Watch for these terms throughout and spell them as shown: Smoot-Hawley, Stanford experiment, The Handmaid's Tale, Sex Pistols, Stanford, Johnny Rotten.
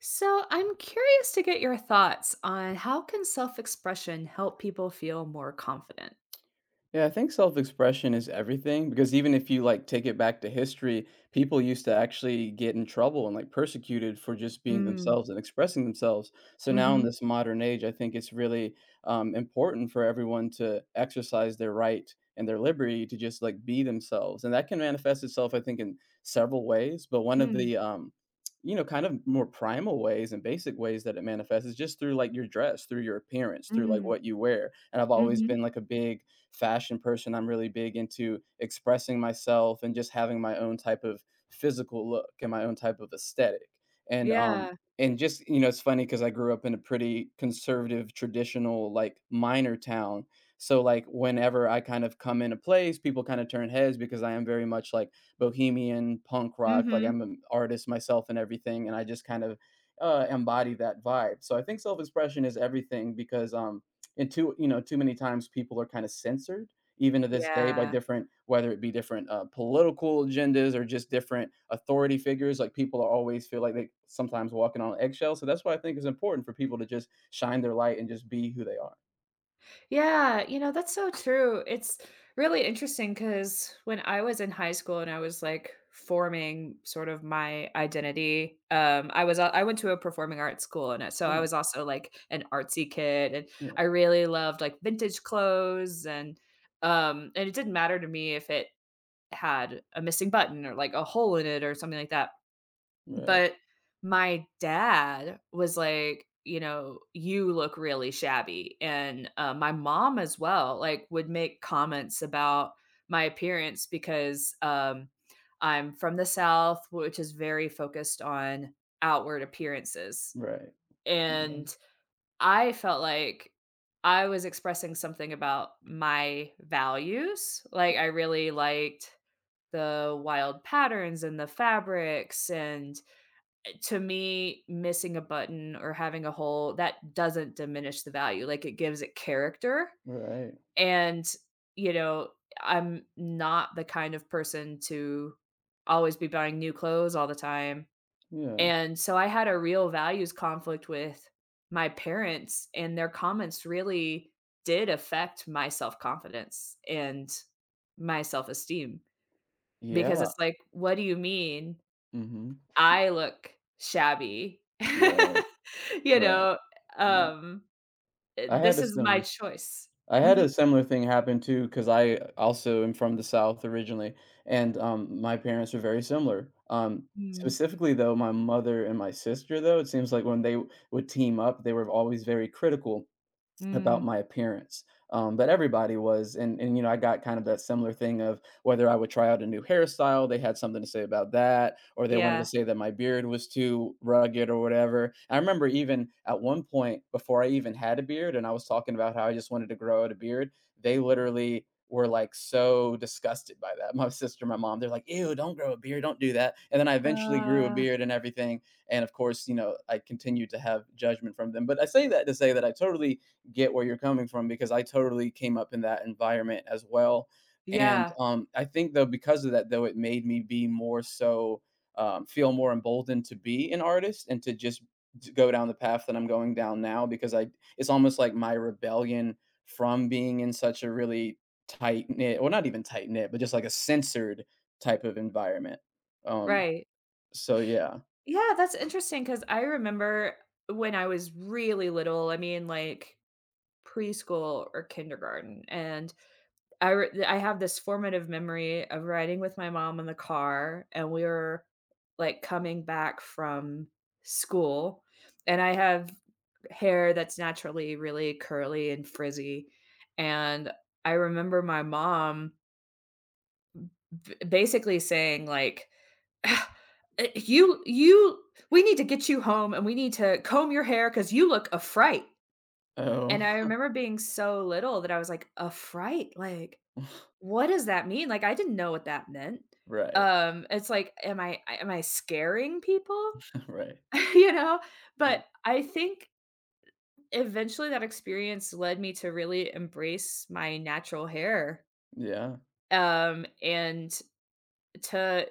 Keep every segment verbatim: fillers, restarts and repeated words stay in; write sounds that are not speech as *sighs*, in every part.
So, I'm curious to get your thoughts on how can self-expression help people feel more confident? Yeah, I think self-expression is everything because even if you like take it back to history, people used to actually get in trouble and like persecuted for just being Mm, themselves and expressing themselves. So now in mhm, this modern age, I think it's really um, important for everyone to exercise their right and their liberty to just like be themselves, and that can manifest itself, I think, in several ways. But one of mm, the um, you know, kind of more primal ways and basic ways that it manifests is just through like your dress, through your appearance, through like mm, what you wear. And I've always mhm. been like a big fashion person. I'm really big into expressing myself and just having my own type of physical look and my own type of aesthetic. And um Yeah, and just you know, it's funny because I grew up in a pretty conservative, traditional, like minor town. So like whenever I kind of come in a place, people kind of turn heads because I am very much like bohemian punk rock. Like mhm. I'm an artist myself and everything, and I just kind of uh, embody that vibe. So I think self expression is everything because um and too you know, too many times people are kinda censored even to this day by Yeah. different, whether it be different, uh, political agendas or just different authority figures, like, people are always feel like they sometimes walking on eggshells, so that's why I think it's important for people to just shine their light and just be who they are. Yeah, you know, that's so true. It's really interesting because when I was in high school and I was like forming sort of my identity, um, I was uh, I went to a performing arts school and uh, so I Yeah, was also like an artsy kid, and I yeah. really loved like vintage clothes and um and it didn't matter to me if it had a missing button or like a hole in it or something like that. Right, But my dad was like, you know, "You look really shabby." And, uh, my mom as well, like, would make comments about my appearance because, um, I'm from the South, which is very focused on outward appearances. right. Yeah. And I felt like I was expressing something about my values. Like, I really liked the wild patterns and the fabrics, and to me, missing a button or having a hole, that doesn't diminish the value, like, it gives it character, Right. and, you know, I'm not the kind of person to always be buying new clothes all the time, Yeah, and so I had a real values conflict with my parents, and their comments really did affect my self-confidence and my self-esteem because yeah. it's like, "What do you mean Mhm. I look shabby. *laughs* Right, You right, know, right. um, eh, I had this a is my similar choice. I had Mhm. a similar thing happen too, because I also am from the South originally, and um, my parents are very similar. Um, Mm, specifically, though, my mother and my sister, though, it seems like when they w- would team up, they were always very critical about mm, my appearance. Um, but everybody was, and and you know, I got kind of that similar thing of whether I would try out a new hairstyle, they had something to say about that, or they wanted to yeah. say that my beard was too rugged or whatever. I remember even at one point before I even had a beard, and I was talking about how I just wanted to grow out a beard, they literally were like so disgusted by that. *laughs* My sister, my mom, they're like, "Ew, don't grow a beard, don't do that." And then I eventually grew a Ah, beard and everything, and of course, you know, I continued to have judgment from them. But I say that to say that I totally get where you're coming from because I totally came up in that environment as well. And yeah, um, I think, though, because of that, though, it made me be more so um, feel more emboldened to be an artist and to just to go down the path that I'm going down now because I it's almost like my rebellion from being in such a really tight knit, well, not even tight knit, but just like a censored type of environment. Um, right. so yeah. Yeah, that's interesting because I remember when I was really little, I mean, like, preschool or kindergarten, and I re I have this formative memory of riding with my mom in the car, and we were, like, coming back from school, and I have hair that's naturally really curly and frizzy, and I remember my mom b basically saying, like, *sighs* "Ah, eh, you you we need to get you home, and we need to comb your hair because you look a fright." And I Oh. remember being so little that I was like, "A fright? Like, *laughs* what does that mean? Like, I didn't know what that meant. Right. Um, it's like, am I am I scaring people? *laughs* Right. *laughs* You know? Yeah, But I think eventually that experience led me to really embrace my natural hair, yeah, um, and to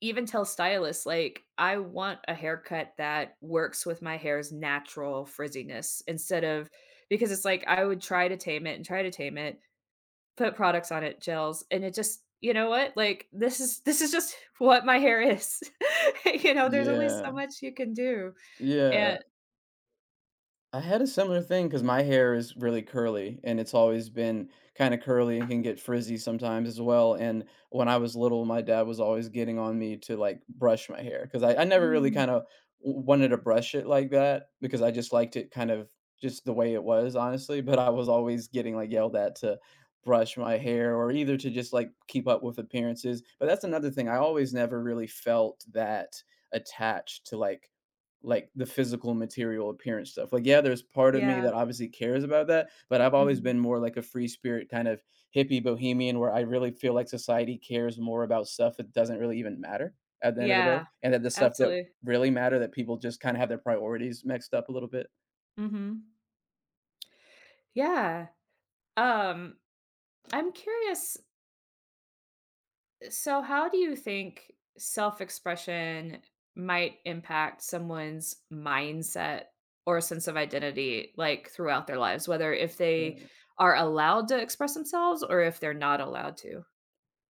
even tell stylists, like, "I want a haircut that works with my hair's natural frizziness," instead of because it's like I would try to tame it and try to tame it, put products on it, gels, and it just you know what? Like this is this is just *laughs* what my hair is. *laughs* You know, there's only yeah, so much you can do. yeah. And I had a similar thing because my hair is really curly and it's always been kind of curly and can get frizzy sometimes as well. And when I was little, my dad was always getting on me to like brush my hair because I, I never really mm, kind of wanted to brush it like that because I just liked it kind of just the way it was, honestly. But I was always getting like yelled at to brush my hair or either to just like keep up with appearances. But that's another thing. I always never really felt that attached to like like the physical material appearance stuff. Like, yeah, there's part of me yeah. that obviously cares about that, but I've always Mhm. been more like a free spirit kind of hippie bohemian where I really feel like society cares more about stuff that doesn't really even matter at the end of the day, Yeah. and that the stuff that Absolutely. really matter that people just kind of have their priorities mixed up a little bit. Mhm. Yeah. Um, I'm curious, so how do you think self-expression might impact someone's mindset or sense of identity, like, throughout their lives, whether if they are allowed to express themselves or if they're not allowed to?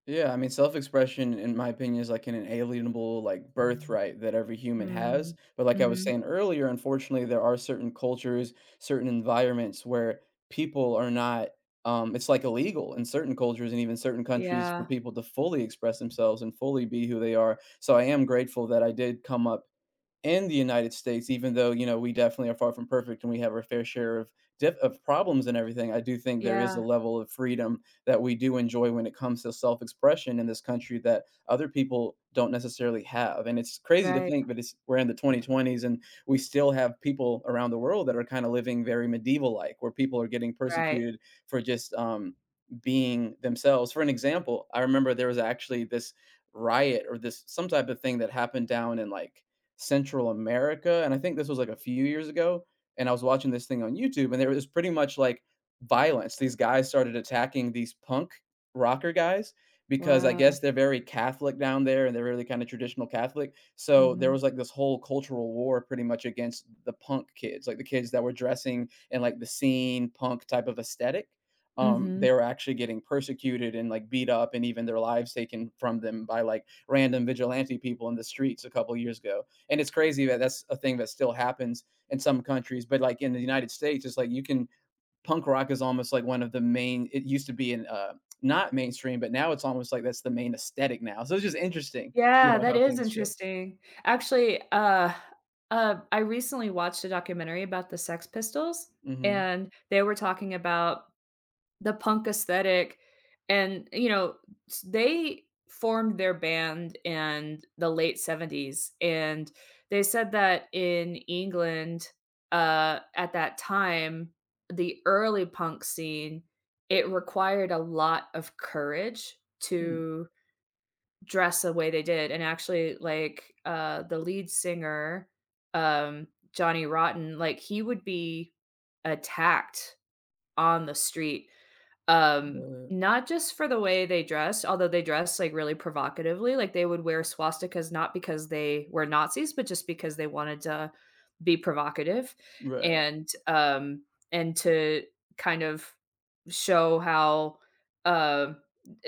Yeah, I mean, self-expression, in my opinion, is like an inalienable like birthright that every human has. Mm. But like I was Mhm. saying earlier, unfortunately, there are certain cultures, certain environments where people are not. Um, it's like illegal in certain cultures and even certain countries for Yeah. people to fully express themselves and fully be who they are. So I am grateful that I did come up in the United States, even though, you know, we definitely are far from perfect and we have our fair share of diff of problems and everything. I do think there is a Yeah. level of freedom that we do enjoy when it comes to self-expression in this country that other people don't necessarily have. And it's crazy to Right. think, but it's we're in the twenty twenties and we still have people around the world that are kind of living very medieval-like, where people are getting Right. persecuted for just um, being themselves. For an example, I remember there was actually this riot or this some type of thing that happened down in like Central America, and I think this was, like, a few years ago, and I was watching this thing on YouTube, and there was pretty much, like, violence. These guys started attacking these punk rocker guys because I Wow. guess they're very Catholic down there, and they're really kinda traditional Catholic, so there Mhm. was, like, this whole cultural war pretty much against the punk kids, like, the kids that were dressing in, like, the scene punk type of aesthetic. Um, Mhm. they were actually getting persecuted and, like, beat up and even their lives taken from them by, like, random vigilante people in the streets a couple years ago. And it's crazy that that's a thing that still happens in some countries. But like in the United States, it's like you can punk rock is almost like one of the main. It used to be in uh, not mainstream, but now it's almost like that's the main aesthetic now. So it's just interesting, you Yeah, know, that how is things shift. interesting. Actually, uh, uh, I recently watched a documentary about the Sex Pistols, Hmm. and they were talking about the punk aesthetic and, you know, s they formed their band in the late seventies, and they said that in England, uh, at that time, the early punk scene, it required a lot of courage Hmm. to dress the way they did, and actually, like, uh, the lead singer, um, Johnny Rotten, like, he would be attacked on the street, um, Right. not just for the way they dressed, although they dressed, like, really provocatively, like, they would wear swastikas not because they were Nazis, but just because they wanted to be provocative Right. and, um, and to kind of show how, um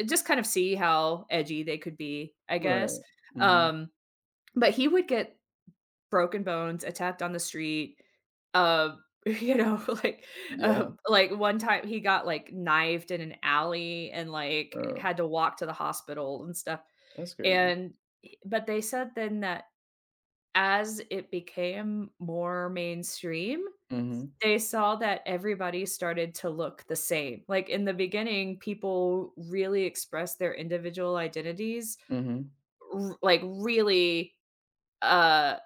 just kind of see how edgy they could be, I guess. Right. Hmm. Um, but he would get broken bones, attacked on the street, uh, *laughs* you know, *laughs* like, uh, Yeah. like one time he got like knifed in an alley and like Oh, had to walk to the hospital and stuff. that's crazy. And but they said then that as it became more mainstream, Hmm. they saw that everybody started to look the same. Like in the beginning, people really expressed their individual identities, Hmm. r- like really uh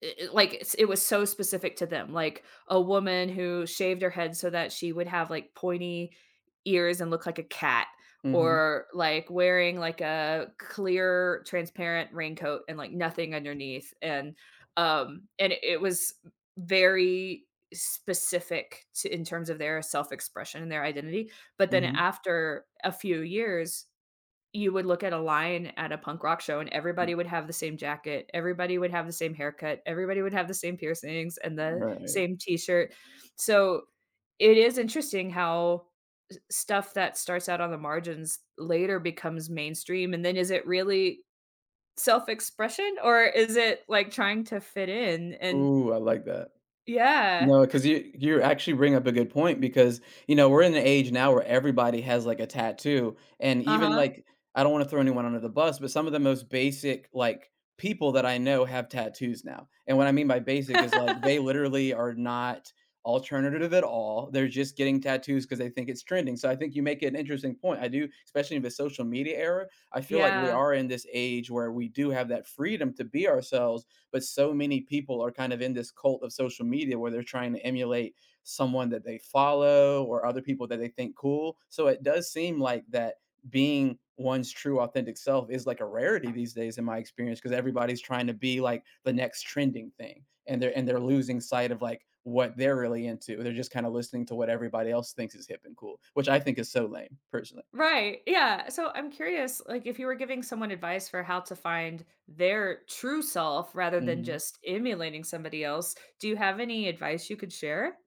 it, it- like it's- it was so specific to them, like a woman who shaved her head so that she would have like pointy ears and look like a cat, Hmm. or like wearing like a clear transparent raincoat and like nothing underneath, and um and it it was very specific to in terms of their self-expression and their identity, but then Hmm. after a few years you would look at a line at a punk rock show and everybody would have the same jacket, everybody would have the same haircut, everybody would have the same piercings and the Right. same t-shirt. So it is interesting how s- stuff that starts out on the margins later becomes mainstream and then is it really self-expression or is it like trying to fit in and Ooh, I like that. yeah. No, because you you actually bring up a good point because you know we're in an age now where everybody has like a tattoo, and even Uh-huh. like I don't want to throw anyone under the bus, but some of the most basic like people that I know have tattoos now. And what I mean by basic is like they *laughs* literally are not alternative at all. They're just getting tattoos because they think it's trending. So I think you make an interesting point. I do, especially in the social media era. I feel like we Yeah. are in this age where we do have that freedom to be ourselves but so many people are kind of in this cult of social media where they're trying to emulate someone that they follow or other people that they think cool. So it does seem like that being one's true authentic self is like a rarity these days in my experience because everybody's trying to be like the next trending thing and they're and they're losing sight of like what they're really into. They're just kind of listening to what everybody else thinks is hip and cool, which I think is so lame personally. Right. Yeah. So I'm curious, like, if you were giving someone advice for how to find their true self rather than Mm-hmm. just emulating somebody else, do you have any advice you could share?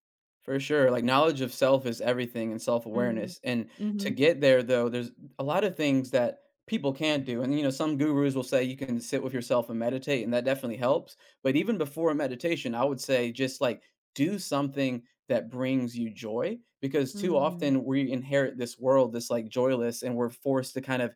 For sure, like, knowledge of self is everything and Mm. self-awareness, and to Mhm. get there, though, there's a lot of things that people can not do, and, you know, some gurus will say you can sit with yourself and meditate, and that definitely helps, but even before meditation, I would say just, like, do something that brings you joy because too Mhm. often we inherit this world that's, like, joyless, and we're forced to kind of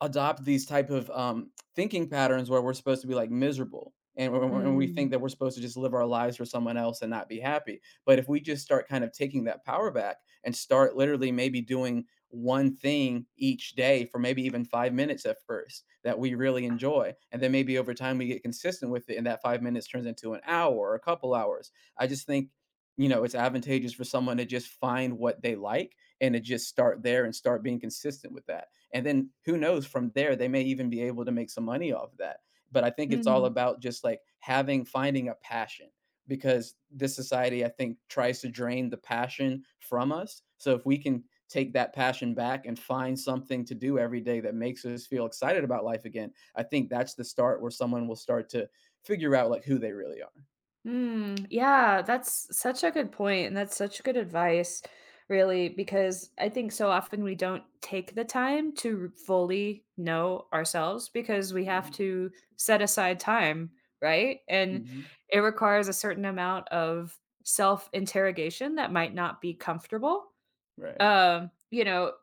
adopt these type of um, thinking patterns where we're supposed to be like miserable, and, and we Mm. think that we're supposed to just live our lives for someone else and not be happy. But if we just start kind of taking that power back and start literally maybe doing one thing each day for maybe even five minutes at first that we really enjoy, and then maybe over time we get consistent with it and that five minutes turns into an hour or a couple hours, I just think, you know it's advantageous for someone to just find what they like and to just start there and start being consistent with that, and then who knows, from there, they may even be able to make some money off of that. But I think it's all Mhm. about just like having, finding a passion because this society, I think, tries to drain the passion from us. So if we can take that passion back and find something to do every day that makes us feel excited about life again, I think that's the start where someone will start to figure out like who they really are. Mm, yeah, that's such a good point, and that's such good advice, really, because I think so often we don't take the time to fully know ourselves because we have Yeah. to set aside time, right? And Mhm. it requires a certain amount of self interrogation that might not be comfortable. Right. Um, you know,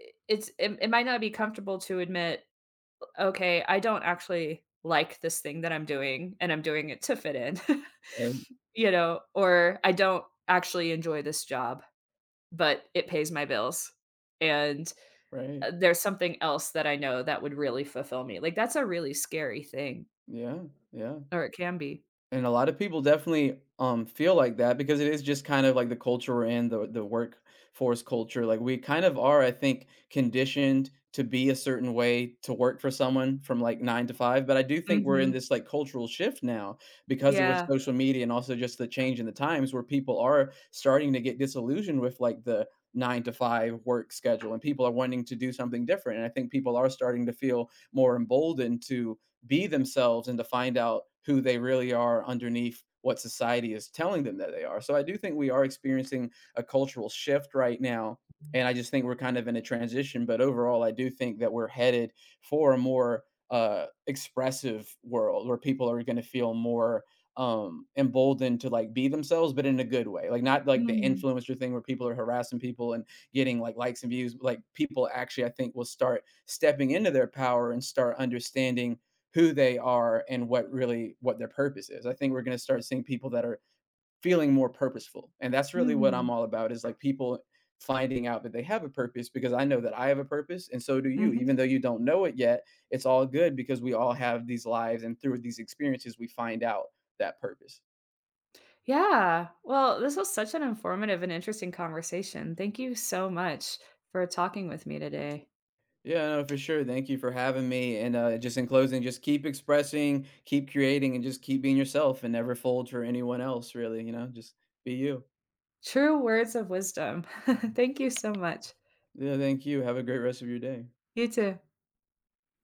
i- it's it, it might not be comfortable to admit okay, I don't actually like this thing that I'm doing and I'm doing it to fit in, Um. *laughs* you know, or I don't actually enjoy this job, but it pays my bills. And Right. uh, there's something else that I know that would really fulfill me. Like that's a really scary thing, Yeah, yeah. or it can be. And a lot of people definitely, um, feel like that because it is just kind of like the culture we're in, the the workforce culture. Like we kind of are, I think, conditioned to be a certain way to work for someone from like nine to five. But I do think we're in Hmm. this like cultural shift now because of with Yeah. social media and also just the change in the times where people are starting to get disillusioned with like the nine to five work schedule and people are wanting to do something different. And I think people are starting to feel more emboldened to be themselves and to find out who they really are underneath what society is telling them that they are. So I do think we are experiencing a cultural shift right now. And I just think we're kind of in a transition. But overall, I do think that we're headed for a more uh, expressive world where people are going to feel more um emboldened to like be themselves, but in a good way, like not like the Mm, influencer thing where people are harassing people and getting like likes and views. Like people actually, I think, will start stepping into their power and start understanding who they are and what really what their purpose is. I think we're going to start seeing people that are feeling more purposeful. And that's really what I'm mm, all about is like people finding out that they have a purpose because I know that I have a purpose and so do you. hmm. Even though you don't know it yet, it's all good because we all have these lives and through these experiences we find out that purpose. Yeah. Well, this was such an informative and interesting conversation. Thank you so much for talking with me today. Yeah, no, for sure. Thank you for having me. And uh, just in closing, just keep expressing, keep creating, and just keep being yourself and never fold for anyone else, really. You know, just be you. True words of wisdom. *laughs* Thank you so much. Yeah, thank you. Have a great rest of your day. You too.